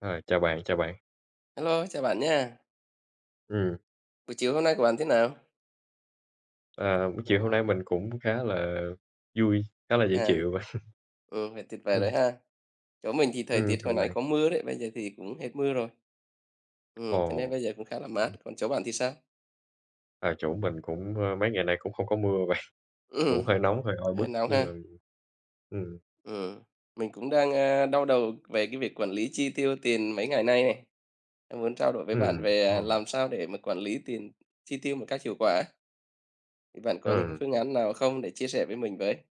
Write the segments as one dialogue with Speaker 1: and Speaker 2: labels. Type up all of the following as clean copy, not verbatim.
Speaker 1: Rồi, chào bạn, chào bạn.
Speaker 2: Hello, chào bạn nha.
Speaker 1: Ừm,
Speaker 2: Buổi chiều hôm nay của bạn thế nào?
Speaker 1: ờ, Buổi chiều hôm nay mình cũng khá là vui, khá là dễ
Speaker 2: À,
Speaker 1: chịu bạn.
Speaker 2: ừ, vậy tuyệt vời rồi
Speaker 1: Ừm,
Speaker 2: ha. Chỗ mình thì thời tiết hồi
Speaker 1: Còn bạn?
Speaker 2: nãy có mưa đấy, bây giờ thì cũng hết mưa rồi. Ừ, cho nên
Speaker 1: Ồ,
Speaker 2: bây giờ cũng khá là mát. Còn chỗ bạn thì sao?
Speaker 1: à chỗ mình cũng, mấy ngày nay cũng không có mưa bạn.
Speaker 2: Ừ,
Speaker 1: Cũng hơi nóng, hơi oi
Speaker 2: hơi
Speaker 1: bức
Speaker 2: nóng
Speaker 1: nhưng
Speaker 2: ha.
Speaker 1: mà ừm,
Speaker 2: Ừ, mình cũng đang đau đầu về cái việc quản lý chi tiêu tiền mấy ngày nay này. Em muốn trao đổi với bạn về
Speaker 1: ồ,
Speaker 2: làm sao để mà quản lý tiền chi tiêu một cách hiệu quả. Thì bạn có những cái
Speaker 1: ừm,
Speaker 2: phương án nào không để chia sẻ với mình với?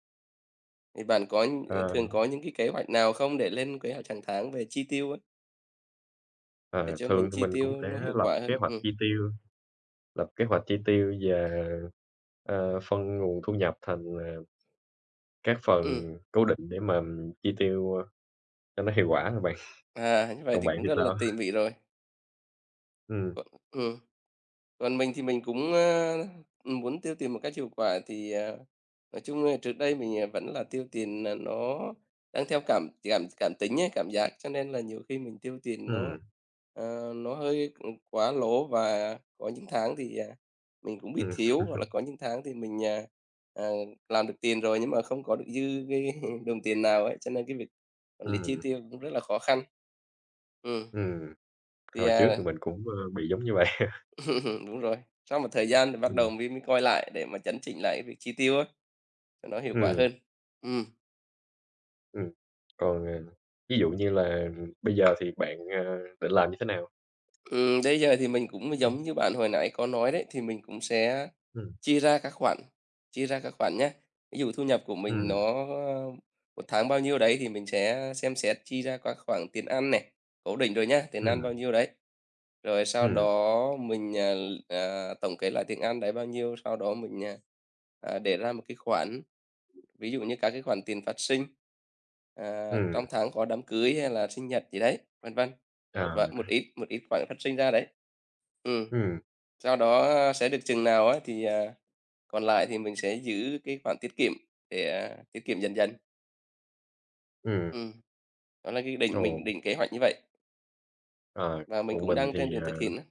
Speaker 2: Thì bạn có
Speaker 1: ờ,
Speaker 2: thường có những cái kế hoạch nào không để lên kế hoạch hàng tháng về chi tiêu á? Để
Speaker 1: ờ,
Speaker 2: cho mình
Speaker 1: thường thì
Speaker 2: chi
Speaker 1: mình cũng
Speaker 2: tiêu
Speaker 1: sẽ
Speaker 2: nó hiệu
Speaker 1: lập
Speaker 2: quả
Speaker 1: kế
Speaker 2: hơn.
Speaker 1: hoạch
Speaker 2: Ừ,
Speaker 1: chi tiêu, lập kế hoạch chi tiêu và, phân nguồn thu nhập thành, các phần
Speaker 2: ừm,
Speaker 1: cố định để mà chi tiêu, cho nó hiệu quả thôi bạn.
Speaker 2: như vậy
Speaker 1: Còn
Speaker 2: thì
Speaker 1: bạn
Speaker 2: cũng
Speaker 1: thì
Speaker 2: rất là
Speaker 1: sao?
Speaker 2: tỉ mỉ rồi.
Speaker 1: Ừm,
Speaker 2: Còn. Còn mình thì mình cũng, muốn tiêu tiền một cách hiệu quả thì, nói chung là trước đây mình, vẫn là tiêu tiền là nó đang theo cảm cảm cảm tính ấy, cảm giác, cho nên là nhiều khi mình tiêu tiền nó,
Speaker 1: ừm,
Speaker 2: nó hơi, quá lố và có những tháng thì, mình cũng bị
Speaker 1: ừm,
Speaker 2: thiếu, hoặc là có những tháng thì mình, à, làm được tiền rồi nhưng mà không có được dư cái đồng tiền nào ấy, cho nên cái việc quản lý chi
Speaker 1: ừm,
Speaker 2: tiêu cũng rất là khó khăn. Ừm,
Speaker 1: ừm.
Speaker 2: thì,
Speaker 1: Hồi trước thì mình cũng, bị giống như vậy.
Speaker 2: đúng rồi. Sau một thời gian thì bắt đầu
Speaker 1: Ừm,
Speaker 2: mới mới coi lại để mà chấn chỉnh lại cái việc chi tiêu á, cho nó hiệu quả
Speaker 1: ừm,
Speaker 2: hơn. Ừ,
Speaker 1: ừm. Còn, ví dụ như là bây giờ thì bạn, định làm như thế nào?
Speaker 2: đấy giờ thì mình cũng
Speaker 1: Ừm,
Speaker 2: giống như bạn hồi nãy có nói đấy, thì mình cũng sẽ
Speaker 1: ừm,
Speaker 2: chia ra các khoản, chia ra các khoản nhé. Ví dụ thu nhập của mình
Speaker 1: ừm,
Speaker 2: nó, một tháng bao nhiêu đấy thì mình sẽ xem xét chi ra các khoản tiền ăn này, cố định rồi nhá, tiền ăn
Speaker 1: ừm,
Speaker 2: bao nhiêu đấy. Rồi sau
Speaker 1: ừm,
Speaker 2: đó mình, tổng kết lại tiền ăn đấy bao nhiêu, sau đó mình, để ra một cái khoản, ví dụ như các cái khoản tiền phát sinh, trong tháng có đám cưới hay là sinh nhật gì đấy, vân vân. Một
Speaker 1: à,
Speaker 2: vài một ít một ít khoản phát sinh ra đấy. Ừm,
Speaker 1: ừm,
Speaker 2: sau đó, sẽ được chừng nào á thì, còn lại thì mình sẽ giữ cái khoản tiết kiệm để, tiết kiệm dần dần.
Speaker 1: ừm,
Speaker 2: Ừm, đó là cái định
Speaker 1: ồ,
Speaker 2: mình định kế hoạch như vậy
Speaker 1: ờ,
Speaker 2: và mình
Speaker 1: còn
Speaker 2: cũng
Speaker 1: mình
Speaker 2: đang
Speaker 1: thì,
Speaker 2: trên đường thực
Speaker 1: ờ
Speaker 2: hiện á.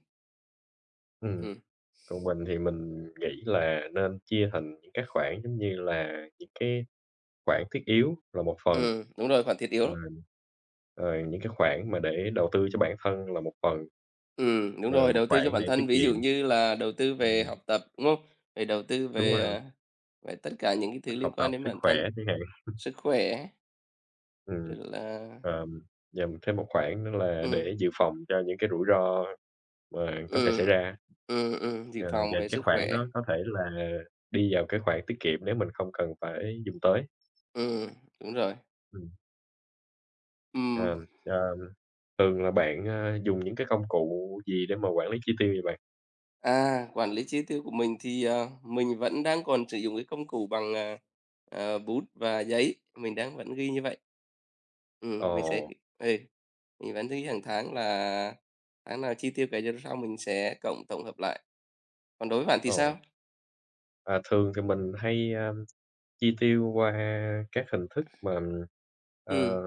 Speaker 1: ừm,
Speaker 2: Ừm,
Speaker 1: còn mình thì mình nghĩ là nên chia thành những cái khoản giống như là những cái khoản thiết yếu là một phần,
Speaker 2: đúng rồi, khoản thiết yếu.
Speaker 1: ờ, ờ, những cái khoản mà để đầu tư cho bản thân là một phần,
Speaker 2: Ừ đúng
Speaker 1: rồi
Speaker 2: rồi,
Speaker 1: một
Speaker 2: đầu tư cho
Speaker 1: khoản để
Speaker 2: bản
Speaker 1: tiết
Speaker 2: thân, ví dụ
Speaker 1: kiệm.
Speaker 2: như là đầu tư về
Speaker 1: Ừm,
Speaker 2: học tập, đúng không? Về đầu tư
Speaker 1: đúng
Speaker 2: về,
Speaker 1: rồi.
Speaker 2: à, về tất cả những cái thứ
Speaker 1: Học
Speaker 2: liên
Speaker 1: tập,
Speaker 2: quan đến
Speaker 1: sức
Speaker 2: bản
Speaker 1: khỏe
Speaker 2: thân,
Speaker 1: chẳng hạn,
Speaker 2: sức khỏe,
Speaker 1: ừm,
Speaker 2: rồi là
Speaker 1: ờm, dành thêm một khoản nữa là
Speaker 2: ừ
Speaker 1: để dự phòng cho những cái rủi ro mà có thể xảy
Speaker 2: ừ
Speaker 1: ra,
Speaker 2: ừ dự
Speaker 1: ờ,
Speaker 2: phòng
Speaker 1: và
Speaker 2: về
Speaker 1: cái
Speaker 2: sức
Speaker 1: khoản
Speaker 2: khỏe.
Speaker 1: đó có thể là đi vào cái khoản tiết kiệm nếu mình không cần phải dùng tới.
Speaker 2: Ừ đúng rồi.
Speaker 1: Ừm,
Speaker 2: Ừ
Speaker 1: ờm, ờ, thường là bạn, dùng những cái công cụ gì để mà quản lý chi tiêu vậy bạn?
Speaker 2: quản lý chi tiêu của mình thì, mình vẫn đang còn sử dụng cái công cụ bằng, bút và giấy, mình đang vẫn ghi như vậy. Mình sẽ
Speaker 1: Ồ,
Speaker 2: ừ, mình vẫn ghi hàng tháng là tháng nào chi tiêu cái cho đó xong mình sẽ cộng tổng hợp lại. Còn đối với bạn thì
Speaker 1: ồ,
Speaker 2: sao?
Speaker 1: à, thường thì mình hay, chi tiêu qua các hình thức mà, ờ
Speaker 2: Ừm,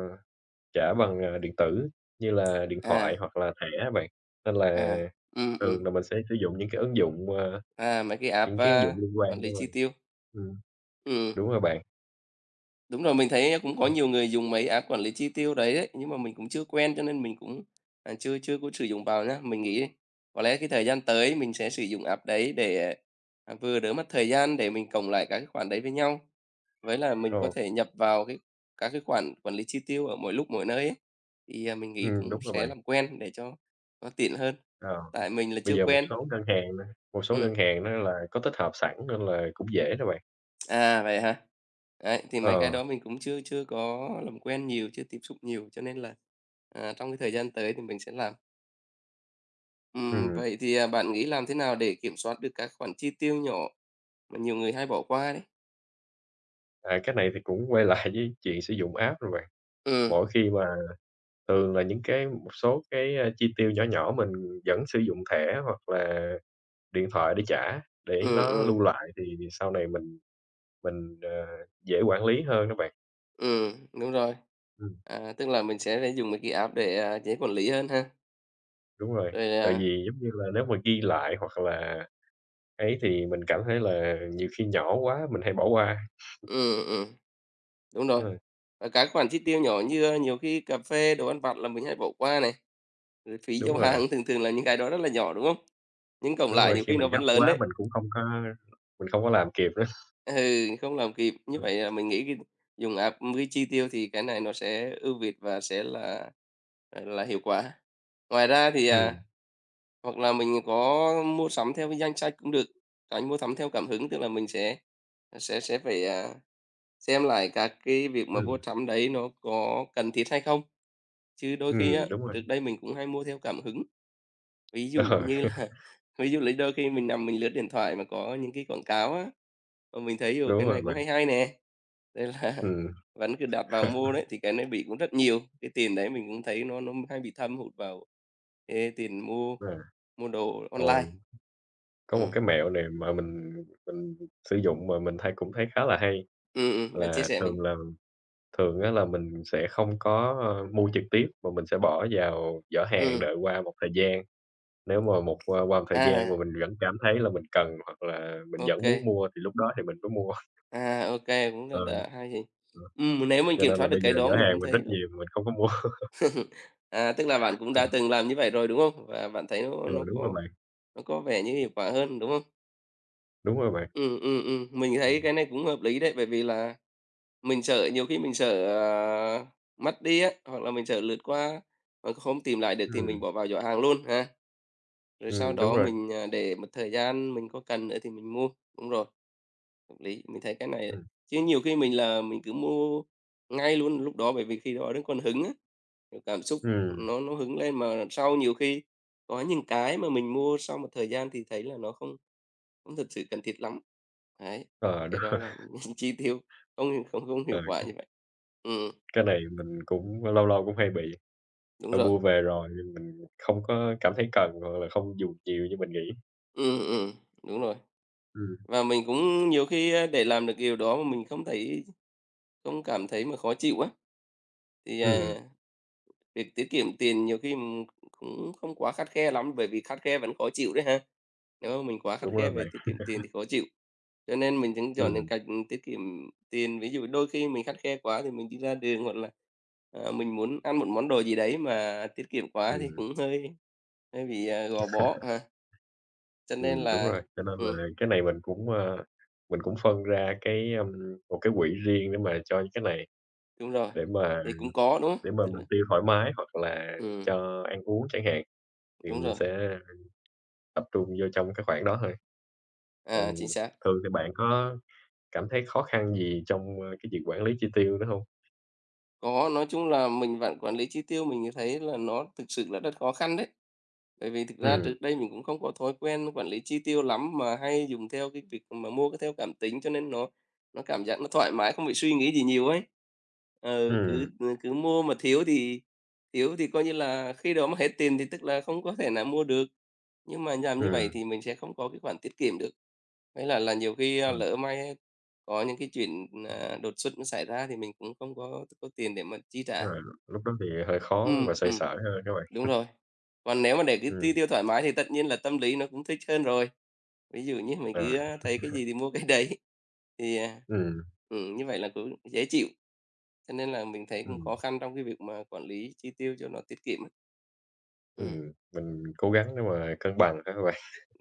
Speaker 1: Trả bằng, à, điện tử như là điện
Speaker 2: à,
Speaker 1: thoại hoặc là thẻ á bạn, nên là
Speaker 2: à, ừm,
Speaker 1: thường
Speaker 2: ừm,
Speaker 1: là mình sẽ sử dụng những cái ứng dụng, ờ,
Speaker 2: mấy cái
Speaker 1: những
Speaker 2: app,
Speaker 1: cái ứng dụng liên
Speaker 2: quản
Speaker 1: quan để
Speaker 2: lý
Speaker 1: mà
Speaker 2: chi tiêu.
Speaker 1: ừm,
Speaker 2: Ừm,
Speaker 1: đúng rồi bạn.
Speaker 2: đúng rồi, mình thấy cũng có
Speaker 1: Ừm,
Speaker 2: nhiều người dùng mấy app quản lý chi tiêu đấy đấy, nhưng mà mình cũng chưa quen cho nên mình cũng, chưa chưa có sử dụng vào nhá. Mình nghĩ có lẽ cái thời gian tới mình sẽ sử dụng app đấy để, vừa đỡ mất thời gian để mình cộng lại các cái khoản đấy với nhau. Với là mình có
Speaker 1: ồ,
Speaker 2: thể nhập vào cái các cái khoản quản lý chi tiêu ở mỗi lúc mỗi nơi ấy, thì, mình nghĩ cũng
Speaker 1: đúng rồi
Speaker 2: sẽ
Speaker 1: bạn.
Speaker 2: làm quen để cho nó tiện hơn,
Speaker 1: Ờ,
Speaker 2: tại mình là
Speaker 1: bây
Speaker 2: chưa
Speaker 1: giờ một
Speaker 2: quen.
Speaker 1: số ngân hàng nè, một số ngân
Speaker 2: Ừm,
Speaker 1: hàng nó là có tích hợp sẵn nên là cũng dễ đó bạn.
Speaker 2: vậy hả? Đấy, thì mấy cái
Speaker 1: Ờ,
Speaker 2: đó mình cũng chưa chưa có làm quen nhiều, chưa tiếp xúc nhiều, cho nên là, trong cái thời gian tới thì mình sẽ làm.
Speaker 1: ừm,
Speaker 2: Vậy thì, bạn nghĩ làm thế nào để kiểm soát được các khoản chi tiêu nhỏ mà nhiều người hay bỏ qua đấy?
Speaker 1: à, cái này thì cũng quay lại với chuyện sử dụng app rồi bạn.
Speaker 2: Ừm,
Speaker 1: Mỗi khi mà thường là những cái một số cái, chi tiêu nhỏ nhỏ mình vẫn sử dụng thẻ hoặc là điện thoại để trả, để
Speaker 2: ừm,
Speaker 1: nó
Speaker 2: ừm,
Speaker 1: lưu lại thì sau này mình dễ quản lý hơn đó bạn.
Speaker 2: đúng rồi.
Speaker 1: Ừm,
Speaker 2: À, tức là mình sẽ phải dùng mấy cái app để, dễ quản lý hơn ha?
Speaker 1: đúng rồi,
Speaker 2: Rồi,
Speaker 1: tại vì giống như là nếu mà ghi lại hoặc là ấy thì mình cảm thấy là nhiều khi nhỏ quá mình hay bỏ qua.
Speaker 2: ừm, ừm, đúng rồi.
Speaker 1: Ờ,
Speaker 2: Và các khoản chi tiêu nhỏ như, nhiều khi cà phê, đồ ăn vặt là mình hay bỏ qua này, rồi phí
Speaker 1: đúng
Speaker 2: giao
Speaker 1: rồi,
Speaker 2: hàng thường thường là những cái đó rất là nhỏ, đúng không? Nhưng cộng
Speaker 1: đúng
Speaker 2: lại
Speaker 1: rồi,
Speaker 2: nhiều
Speaker 1: khi
Speaker 2: khi
Speaker 1: mình
Speaker 2: nó
Speaker 1: gấp
Speaker 2: vẫn lớn
Speaker 1: quá
Speaker 2: đấy.
Speaker 1: mình không có làm kịp nữa.
Speaker 2: Ừ, không làm kịp. Như
Speaker 1: Ừm,
Speaker 2: vậy là mình nghĩ cái dùng app với chi tiêu thì cái này nó sẽ ưu việt và sẽ là, là hiệu quả. Ngoài ra thì,
Speaker 1: ừm,
Speaker 2: hoặc là mình có mua sắm theo cái danh sách cũng được, tránh mua sắm theo cảm hứng, tức là mình sẽ sẽ phải, xem lại các cái việc mà mua
Speaker 1: ừm,
Speaker 2: sắm đấy nó có cần thiết hay không. Chứ đôi khi á,
Speaker 1: đúng rồi,
Speaker 2: trước đây mình cũng hay mua theo cảm hứng, ví dụ
Speaker 1: đúng rồi,
Speaker 2: như là ví dụ lấy đôi khi mình nằm mình lướt điện thoại mà có những cái quảng cáo á, mà mình thấy, rồi
Speaker 1: đúng
Speaker 2: cái
Speaker 1: rồi
Speaker 2: này cũng
Speaker 1: bạn.
Speaker 2: hay hay nè, thế là
Speaker 1: Ừm,
Speaker 2: vẫn cứ đặt vào mua đấy, thì cái này bị cũng rất nhiều. Cái tiền đấy mình cũng thấy nó hay bị thâm hụt vào cái tiền mua
Speaker 1: ờ,
Speaker 2: mua đồ online.
Speaker 1: ồ, có một
Speaker 2: Ừm.
Speaker 1: cái mẹo này mà mình sử dụng mà mình cũng thấy khá là hay,
Speaker 2: Bạn chia sẻ mình.
Speaker 1: là Thường á là mình sẽ không có, mua trực tiếp mà mình sẽ bỏ vào giỏ hàng
Speaker 2: Ừm,
Speaker 1: đợi qua một thời gian. Nếu mà một qua qua một thời gian mà
Speaker 2: à,
Speaker 1: mình vẫn cảm thấy là mình cần hoặc là mình
Speaker 2: ok
Speaker 1: vẫn muốn mua thì lúc đó thì mình mới mua.
Speaker 2: ok cũng là
Speaker 1: Ờ,
Speaker 2: đ hay nhỉ.
Speaker 1: ờ,
Speaker 2: Nếu mình
Speaker 1: cho
Speaker 2: kiểm
Speaker 1: nên
Speaker 2: soát
Speaker 1: là
Speaker 2: được
Speaker 1: bây
Speaker 2: cái
Speaker 1: giờ
Speaker 2: đó
Speaker 1: giỏ
Speaker 2: mình
Speaker 1: hàng
Speaker 2: cũng
Speaker 1: mình rất
Speaker 2: thấy đó.
Speaker 1: nhiều, mình không có mua.
Speaker 2: À, tức là bạn cũng
Speaker 1: Ờ,
Speaker 2: đã từng làm như vậy rồi, đúng không? Và bạn thấy nó
Speaker 1: ờ,
Speaker 2: nó
Speaker 1: đúng rồi
Speaker 2: có
Speaker 1: bạn,
Speaker 2: nó có vẻ như hiệu quả hơn, đúng không?
Speaker 1: đúng rồi bạn.
Speaker 2: Mình
Speaker 1: Ừm,
Speaker 2: thấy cái này cũng hợp lý đấy, bởi vì là mình sợ nhiều khi mình sợ, ờ, mất đi á, hoặc là mình sợ lướt qua mà không tìm lại được thì mình
Speaker 1: ừm,
Speaker 2: bỏ vào giỏ hàng luôn ha. Rồi sau
Speaker 1: đúng
Speaker 2: đó
Speaker 1: rồi,
Speaker 2: mình, để một thời gian mình có cần nữa thì mình mua, đúng rồi. Hợp lý, mình thấy cái này
Speaker 1: ừm,
Speaker 2: chứ nhiều khi mình là mình cứ mua ngay luôn lúc đó, bởi vì khi đó nó còn hứng á, kiểu, cảm xúc
Speaker 1: ừm,
Speaker 2: nó hứng lên, mà sau nhiều khi có những cái mà mình mua sau một thời gian thì thấy là nó không không thật sự cần thiết lắm. Đấy, thì
Speaker 1: ờ, đúng,
Speaker 2: cái đó là chi tiêu không không không
Speaker 1: ờ,
Speaker 2: hiệu quả như vậy. Ừm,
Speaker 1: cái này mình cũng lâu lâu cũng hay bị,
Speaker 2: đúng rồi.
Speaker 1: mua về rồi nhưng mình không có cảm thấy cần hoặc là không dùng nhiều như mình nghĩ.
Speaker 2: Ừm, ừm, đúng rồi.
Speaker 1: Ừm,
Speaker 2: Và mình cũng nhiều khi, để làm được điều đó mà mình không cảm thấy mà khó chịu á, thì,
Speaker 1: ừm,
Speaker 2: việc tiết kiệm tiền nhiều khi, cũng không quá khắt khe lắm, bởi vì khắt khe vẫn khó chịu đấy ha. Nếu mà mình quá khắt
Speaker 1: đúng
Speaker 2: khe
Speaker 1: rồi
Speaker 2: về
Speaker 1: bạn,
Speaker 2: tiết kiệm tiền thì khó chịu, cho nên mình cũng chọn những
Speaker 1: ừm.
Speaker 2: cách, tiết kiệm tiền. Ví dụ đôi khi mình khắt khe quá thì mình đi ra đường hoặc là, mình muốn ăn một món đồ gì đấy mà tiết kiệm quá thì
Speaker 1: Ừm,
Speaker 2: cũng hơi hơi bị, gò bó ha. Cho nên
Speaker 1: đúng rồi,
Speaker 2: là
Speaker 1: cho nên
Speaker 2: ừm,
Speaker 1: là cái này mình cũng phân ra cái, một cái quỹ riêng để mà cho những cái này,
Speaker 2: đúng rồi,
Speaker 1: để mà
Speaker 2: thì cũng có, đúng không?
Speaker 1: để mà
Speaker 2: Tức
Speaker 1: mình
Speaker 2: là
Speaker 1: tiêu thoải mái hoặc là
Speaker 2: ừm,
Speaker 1: cho ăn uống chẳng hạn, thì
Speaker 2: đúng
Speaker 1: mình
Speaker 2: rồi,
Speaker 1: sẽ tập trung vô trong cái khoản đó thôi. Ừm,
Speaker 2: chính xác.
Speaker 1: thường thì bạn có cảm thấy khó khăn gì trong, cái việc quản lý chi tiêu đó hông?
Speaker 2: Có, nói chung là mình vẫn quản lý chi tiêu, mình thấy là nó thực sự là rất khó khăn đấy. Bởi vì thực ra
Speaker 1: Ừm,
Speaker 2: trước đây mình cũng không có thói quen quản lý chi tiêu lắm, mà hay dùng theo cái việc mà mua cái theo cảm tính, cho nên nó cảm giác nó thoải mái, không bị suy nghĩ gì nhiều ấy. Ờ, cứ,
Speaker 1: ừm,
Speaker 2: ừ, cứ mua mà thiếu thì coi như là khi đó mà hết tiền thì tức là không có thể nào mua được. Nhưng mà làm như vậy
Speaker 1: ừm,
Speaker 2: thì mình sẽ không có cái khoản tiết kiệm được. Hay là nhiều khi,
Speaker 1: ừ,
Speaker 2: lỡ may có những cái chuyện, đột xuất nó xảy ra thì mình cũng không có có tiền để mà chi trả.
Speaker 1: rồi, lúc đó thì hơi
Speaker 2: Ừ
Speaker 1: khó và
Speaker 2: ừ
Speaker 1: xoay sở hơn hả bạn?
Speaker 2: đúng rồi. Còn nếu mà để cái chi
Speaker 1: Ừm,
Speaker 2: tiêu thoải mái thì tất nhiên là tâm lý nó cũng thích hơn rồi. Ví dụ như mình
Speaker 1: ờ,
Speaker 2: cứ, thấy cái gì thì mua cái đấy, thì,
Speaker 1: ừm,
Speaker 2: như vậy là cũng dễ chịu, cho nên là mình thấy cũng
Speaker 1: ừm,
Speaker 2: khó khăn trong cái việc mà quản lý chi tiêu cho nó tiết kiệm á. Ừm,
Speaker 1: mình cố gắng để mà cân bằng ha bạn.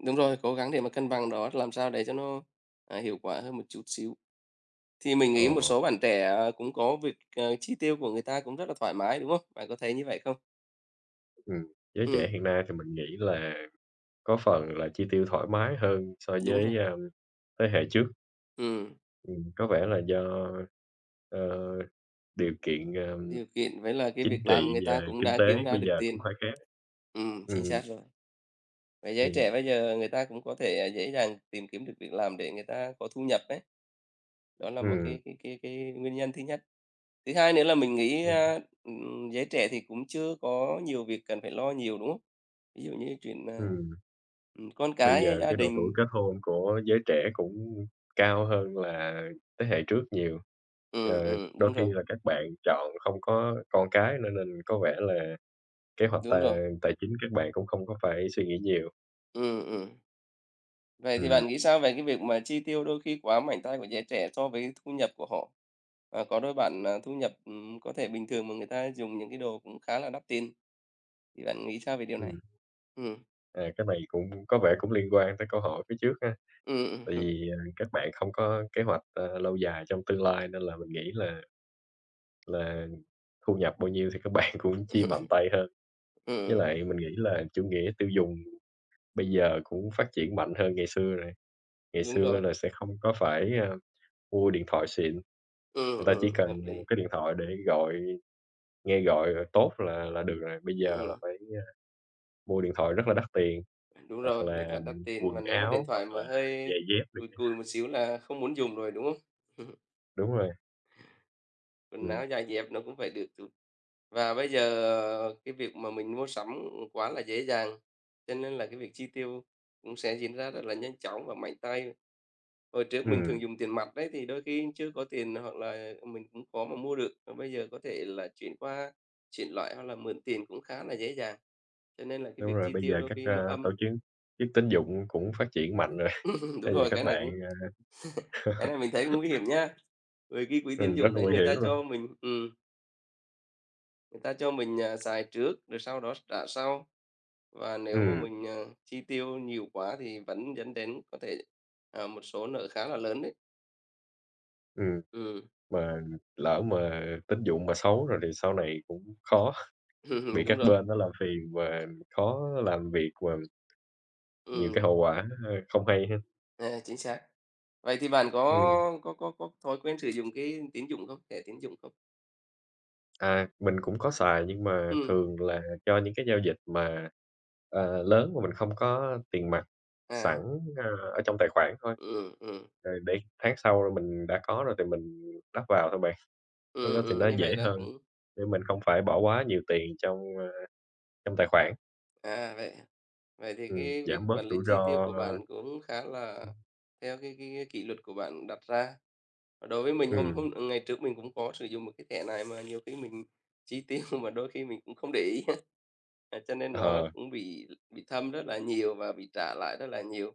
Speaker 2: đúng rồi, cố gắng để mà cân bằng đó, làm sao để cho nó, hiệu quả hơn một chút xíu. Thì mình
Speaker 1: Ồ,
Speaker 2: nghĩ một số bạn trẻ, cũng có việc, chi tiêu của người ta cũng rất là thoải mái, đúng không? Bạn có thấy như vậy không?
Speaker 1: ừm, giới trẻ
Speaker 2: Ừm,
Speaker 1: hiện nay thì mình nghĩ là có phần là chi tiêu thoải mái hơn so
Speaker 2: đúng rồi.
Speaker 1: với, thế hệ trước.
Speaker 2: Ừm,
Speaker 1: Có vẻ là do, ờ, điều kiện,
Speaker 2: điều kiện với là cái
Speaker 1: chính
Speaker 2: việc
Speaker 1: trị
Speaker 2: làm người ta
Speaker 1: và
Speaker 2: cũng
Speaker 1: kinh
Speaker 2: đã
Speaker 1: tế
Speaker 2: kiếm ra
Speaker 1: bây
Speaker 2: được
Speaker 1: giờ cũng
Speaker 2: tiền.
Speaker 1: hơi khác.
Speaker 2: Chính
Speaker 1: Ừm,
Speaker 2: xác rồi. Và giới
Speaker 1: ừm,
Speaker 2: trẻ bây giờ người ta cũng có thể, dễ dàng tìm kiếm được việc làm để người ta có thu nhập đấy, đó là một
Speaker 1: ừm,
Speaker 2: cái nguyên nhân thứ nhất. Thứ hai nữa là mình nghĩ,
Speaker 1: ừm,
Speaker 2: giới trẻ thì cũng chưa có nhiều việc cần phải lo nhiều, đúng không? Ví dụ như chuyện,
Speaker 1: ừm,
Speaker 2: con
Speaker 1: bây
Speaker 2: cái hay
Speaker 1: giờ
Speaker 2: gia
Speaker 1: cái độ tuổi
Speaker 2: đình.
Speaker 1: kết hôn của giới trẻ cũng cao hơn là thế hệ trước nhiều. Ờ, đôi
Speaker 2: Đúng
Speaker 1: khi
Speaker 2: rồi,
Speaker 1: là các bạn chọn không có con cái, nên nên có vẻ là kế hoạch
Speaker 2: đúng rồi.
Speaker 1: tài tài chính các bạn cũng không có phải suy nghĩ nhiều.
Speaker 2: Ừm, ừm. Vậy thì
Speaker 1: Ừm,
Speaker 2: bạn nghĩ sao về cái việc mà chi tiêu đôi khi quá mảnh tay của giới trẻ so với thu nhập của họ? Ờ, có đôi bạn, thu nhập, có thể bình thường mà người ta dùng những cái đồ cũng khá là đắt tiền, thì bạn nghĩ sao về điều này?
Speaker 1: ừm,
Speaker 2: Ừm,
Speaker 1: à, cái này cũng có vẻ cũng liên quan tới câu hỏi phía trước ha.
Speaker 2: ừm, ừm,
Speaker 1: Tại
Speaker 2: ừm,
Speaker 1: vì, à, các bạn không có kế hoạch, lâu dài trong tương lai nên là mình nghĩ là thu nhập bao nhiêu thì các bạn cũng chi mạnh tay hơn. Với
Speaker 2: ừm,
Speaker 1: lại mình nghĩ là chủ nghĩa tiêu dùng bây giờ cũng phát triển mạnh hơn ngày xưa rồi. Ngày
Speaker 2: đúng
Speaker 1: xưa
Speaker 2: rồi,
Speaker 1: là sẽ không có phải, mua điện thoại xịn, người ta chỉ cần
Speaker 2: hợp
Speaker 1: một
Speaker 2: lý,
Speaker 1: cái điện thoại để gọi nghe gọi, tốt là được rồi, bây giờ là
Speaker 2: ừm,
Speaker 1: phải, a, mua điện thoại rất là đắt tiền.
Speaker 2: đúng
Speaker 1: Hoặc
Speaker 2: rồi, điện
Speaker 1: là
Speaker 2: thoại đắt tiền
Speaker 1: quần
Speaker 2: mà nếu mà điện
Speaker 1: áo, hoặc
Speaker 2: thoại
Speaker 1: là
Speaker 2: mà hơi
Speaker 1: giày dép được
Speaker 2: cùi
Speaker 1: kia.
Speaker 2: cùi một xíu là không muốn dùng rồi, đúng không?
Speaker 1: Đúng rồi,
Speaker 2: Quần
Speaker 1: ừm,
Speaker 2: áo, dài dẹp nó cũng phải được. Và bây giờ cái việc mà mình mua sắm quá là dễ dàng, cho nên là cái việc chi tiêu cũng sẽ diễn ra rất là nhanh chóng và mạnh tay. Hồi trước mình
Speaker 1: ừm,
Speaker 2: thường dùng tiền mặt đấy thì đôi khi chưa có tiền hoặc là mình cũng khó mà mua được, còn bây giờ có thể là chuyển qua chuyển loại hoặc là mượn tiền cũng khá là dễ dàng. Cho nên là cái
Speaker 1: đúng
Speaker 2: việc
Speaker 1: rồi,
Speaker 2: chi
Speaker 1: bây
Speaker 2: tiêu
Speaker 1: giờ
Speaker 2: đôi
Speaker 1: các,
Speaker 2: khi nó
Speaker 1: tổ
Speaker 2: âm.
Speaker 1: chức chức tín dụng cũng phát triển mạnh rồi,
Speaker 2: Đúng
Speaker 1: bây giờ
Speaker 2: rồi,
Speaker 1: các bạn, a
Speaker 2: cái này mình thấy cũng nguy hiểm nhá. Bởi cái quỹ tín
Speaker 1: rất
Speaker 2: dụng
Speaker 1: là
Speaker 2: đấy
Speaker 1: nguy
Speaker 2: người
Speaker 1: hiểm
Speaker 2: ta
Speaker 1: luôn.
Speaker 2: cho mình ừ. Người ta cho mình, xài trước rồi sau đó trả sau. Và nếu mà
Speaker 1: Ừm,
Speaker 2: mình, chi tiêu nhiều quá thì vẫn dẫn đến có thể, một số nợ khá là lớn đấy.
Speaker 1: ừm,
Speaker 2: Ừm,
Speaker 1: mà lỡ mà tín dụng mà xấu rồi thì sau này cũng khó, bị
Speaker 2: đúng
Speaker 1: các
Speaker 2: rồi,
Speaker 1: bên nó làm phiền và khó làm việc và nhiều cái
Speaker 2: ừm,
Speaker 1: hậu quả, không hay ha.
Speaker 2: chính xác. Vậy thì bạn
Speaker 1: Ừm.
Speaker 2: có thói quen sử dụng cái tín dụng không? Thẻ tín dụng không?
Speaker 1: À, mình cũng có xài nhưng mà
Speaker 2: Ừ.
Speaker 1: thường là cho những cái giao dịch mà, lớn mà mình không có tiền mặt sẵn,
Speaker 2: à,
Speaker 1: ở trong tài khoản thôi,
Speaker 2: ừ ừ.
Speaker 1: rồi để tháng sau rồi mình đã có rồi thì mình đắp vào thôi bạn. Lúc
Speaker 2: Ừm,
Speaker 1: đó thì nó
Speaker 2: như
Speaker 1: dễ
Speaker 2: vậy là
Speaker 1: hơn
Speaker 2: cũng
Speaker 1: để mình không phải bỏ quá nhiều tiền trong tài khoản,
Speaker 2: à, vậy Vậy thì cái việc
Speaker 1: giảm bớt
Speaker 2: quản lý
Speaker 1: rủi
Speaker 2: chi tiêu
Speaker 1: ro,
Speaker 2: của bạn cũng khá là theo cái kỷ luật của bạn đặt ra. Đối với mình hôm hôm ờ, ngày trước mình cũng có sử dụng một cái thẻ này mà nhiều khi mình chi tiêu mà đôi khi mình cũng không để ý. Cho nên nó
Speaker 1: ờ,
Speaker 2: cũng bị thâm rất là nhiều và bị trả lại rất là nhiều.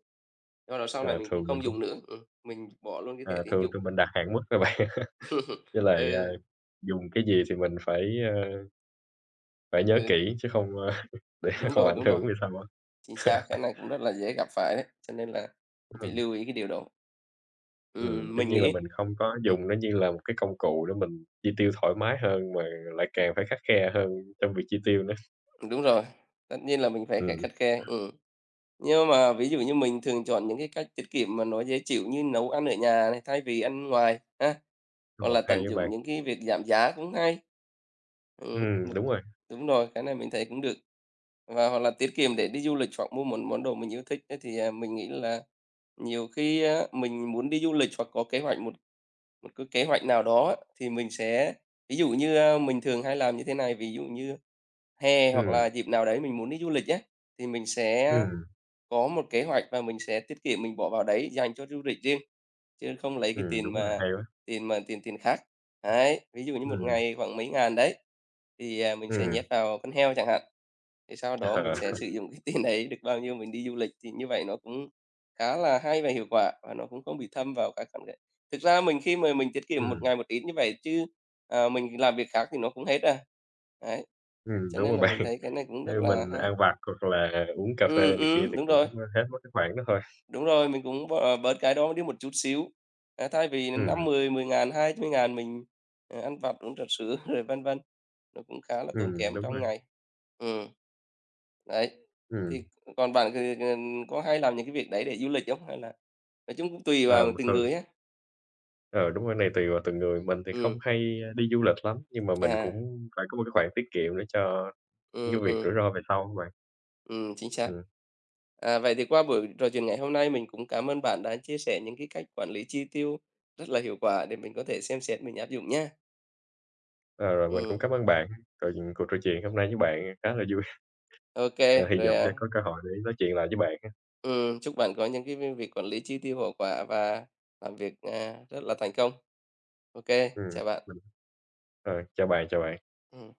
Speaker 2: Do đó sau này
Speaker 1: ờ,
Speaker 2: mình cũng
Speaker 1: thường mình
Speaker 2: không
Speaker 1: cũng
Speaker 2: dùng nữa, mình bỏ luôn cái thẻ
Speaker 1: ờ,
Speaker 2: tín
Speaker 1: thường
Speaker 2: dụng.
Speaker 1: tụi mình đặt hạn mức rồi bạn, với lại, à,
Speaker 2: Ừ,
Speaker 1: dùng cái gì thì mình ơ, phải nhớ
Speaker 2: ừ,
Speaker 1: kỹ chứ không, để không ảnh
Speaker 2: đúng rồi,
Speaker 1: hưởng về sao á.
Speaker 2: chính xác, cái này cũng rất là dễ gặp phải đấy, cho nên là
Speaker 1: Ờ.
Speaker 2: phải lưu ý cái điều đó. Ừ,
Speaker 1: Giống
Speaker 2: mình
Speaker 1: như là mình
Speaker 2: nghĩ
Speaker 1: không có
Speaker 2: ừ,
Speaker 1: dùng nó như là một cái công cụ để mình chi tiêu thoải mái hơn, mà lại càng phải khắt khe hơn trong việc chi tiêu nữa.
Speaker 2: đúng rồi, tất nhiên là mình phải
Speaker 1: Ừm,
Speaker 2: khắt khe. Ừ. Nhưng mà ví dụ như mình thường chọn những cái cách tiết kiệm mà nó dễ chịu như nấu ăn ở nhà này, thay vì ăn ngoài ha, hoặc
Speaker 1: ồ,
Speaker 2: là
Speaker 1: hay
Speaker 2: tận
Speaker 1: á
Speaker 2: dụng
Speaker 1: bạn.
Speaker 2: những cái việc giảm giá cũng hay. Ừm,
Speaker 1: Ừm,
Speaker 2: một
Speaker 1: đúng rồi,
Speaker 2: đúng rồi, cái này mình thấy cũng được. Và hoặc là tiết kiệm để đi du lịch hoặc mua một món đồ mình yêu thích ấy, thì, mình nghĩ là nhiều khi á, mình muốn đi du lịch hoặc có kế hoạch một một cái kế hoạch nào đó á, thì mình sẽ ví dụ như, mình thường hay làm như thế này, ví dụ như hè hoặc
Speaker 1: ừm,
Speaker 2: là dịp nào đấy mình muốn đi du lịch á, thì mình sẽ
Speaker 1: ừm,
Speaker 2: có một kế hoạch và mình sẽ tiết kiệm mình bỏ vào đấy dành cho du lịch riêng, chứ không lấy cái tiền
Speaker 1: đúng rồi,
Speaker 2: mà
Speaker 1: hay quá.
Speaker 2: tiền mà tiền tiền khác. Đấy, ví dụ như một
Speaker 1: Ừm,
Speaker 2: ngày khoảng mấy ngàn đấy, thì, mình sẽ
Speaker 1: ừm,
Speaker 2: nhét vào con heo chẳng hạn, thì sau đó mình
Speaker 1: ờ,
Speaker 2: sẽ sử dụng cái tiền đấy được bao nhiêu mình đi du lịch, thì như vậy nó cũng khá là hay và hiệu quả và nó cũng không bị thâm vào các khoản đấy. Thực ra mình khi mà mình tiết kiệm một
Speaker 1: ừm,
Speaker 2: ngày một ít như vậy chứ, mình làm việc khác thì nó cũng hết à. Đấy, cho
Speaker 1: đúng
Speaker 2: nên
Speaker 1: rồi
Speaker 2: là
Speaker 1: bạn.
Speaker 2: mình thấy cái này cũng rất
Speaker 1: Như mình
Speaker 2: là hay.
Speaker 1: ăn vặt hoặc là uống cà phê này kia thì
Speaker 2: Đúng
Speaker 1: cũng,
Speaker 2: rồi.
Speaker 1: hết mất cái khoản đó thôi.
Speaker 2: Đúng rồi, mình cũng bỏ bớt cái đó đi một chút xíu. Thay vì năm
Speaker 1: Ừm,
Speaker 2: mười mười ngàn hai 20 ngàn mình, ăn vặt, uống trà sữa rồi vân vân, nó cũng khá là tốn kém
Speaker 1: đúng
Speaker 2: trong
Speaker 1: rồi,
Speaker 2: ngày. Ừm, đấy.
Speaker 1: ừm,
Speaker 2: Thì còn bạn thì, có hay làm những cái việc đấy để du lịch không? Hay là nói chung cũng tùy
Speaker 1: ờ,
Speaker 2: vào từng
Speaker 1: thường
Speaker 2: người á.
Speaker 1: ờ, đúng rồi, này tùy vào từng người. Mình thì
Speaker 2: Ừm,
Speaker 1: không hay đi du lịch lắm, nhưng mà mình
Speaker 2: à,
Speaker 1: cũng phải có một cái khoản tiết kiệm để cho
Speaker 2: ừm,
Speaker 1: những cái việc
Speaker 2: ừm,
Speaker 1: rủi ro về sau các bạn.
Speaker 2: chính xác.
Speaker 1: Ừm,
Speaker 2: Vậy thì qua buổi trò chuyện ngày hôm nay mình cũng cảm ơn bạn đã chia sẻ những cái cách quản lý chi tiêu rất là hiệu quả để mình có thể xem xét mình áp dụng nhá.
Speaker 1: ờ, rồi mình cũng
Speaker 2: Ừ,
Speaker 1: cảm ơn bạn, rồi cuộc trò chuyện hôm nay với bạn khá là vui,
Speaker 2: ok
Speaker 1: ờ, hy
Speaker 2: rồi,
Speaker 1: vọng sẽ có cơ hội để nói chuyện lại với bạn ha.
Speaker 2: Chúc bạn có những cái việc quản lý chi tiêu hiệu quả và làm việc, rất là thành công. Ok, chào bạn.
Speaker 1: mình Chào bạn, chào bạn.
Speaker 2: Ừm.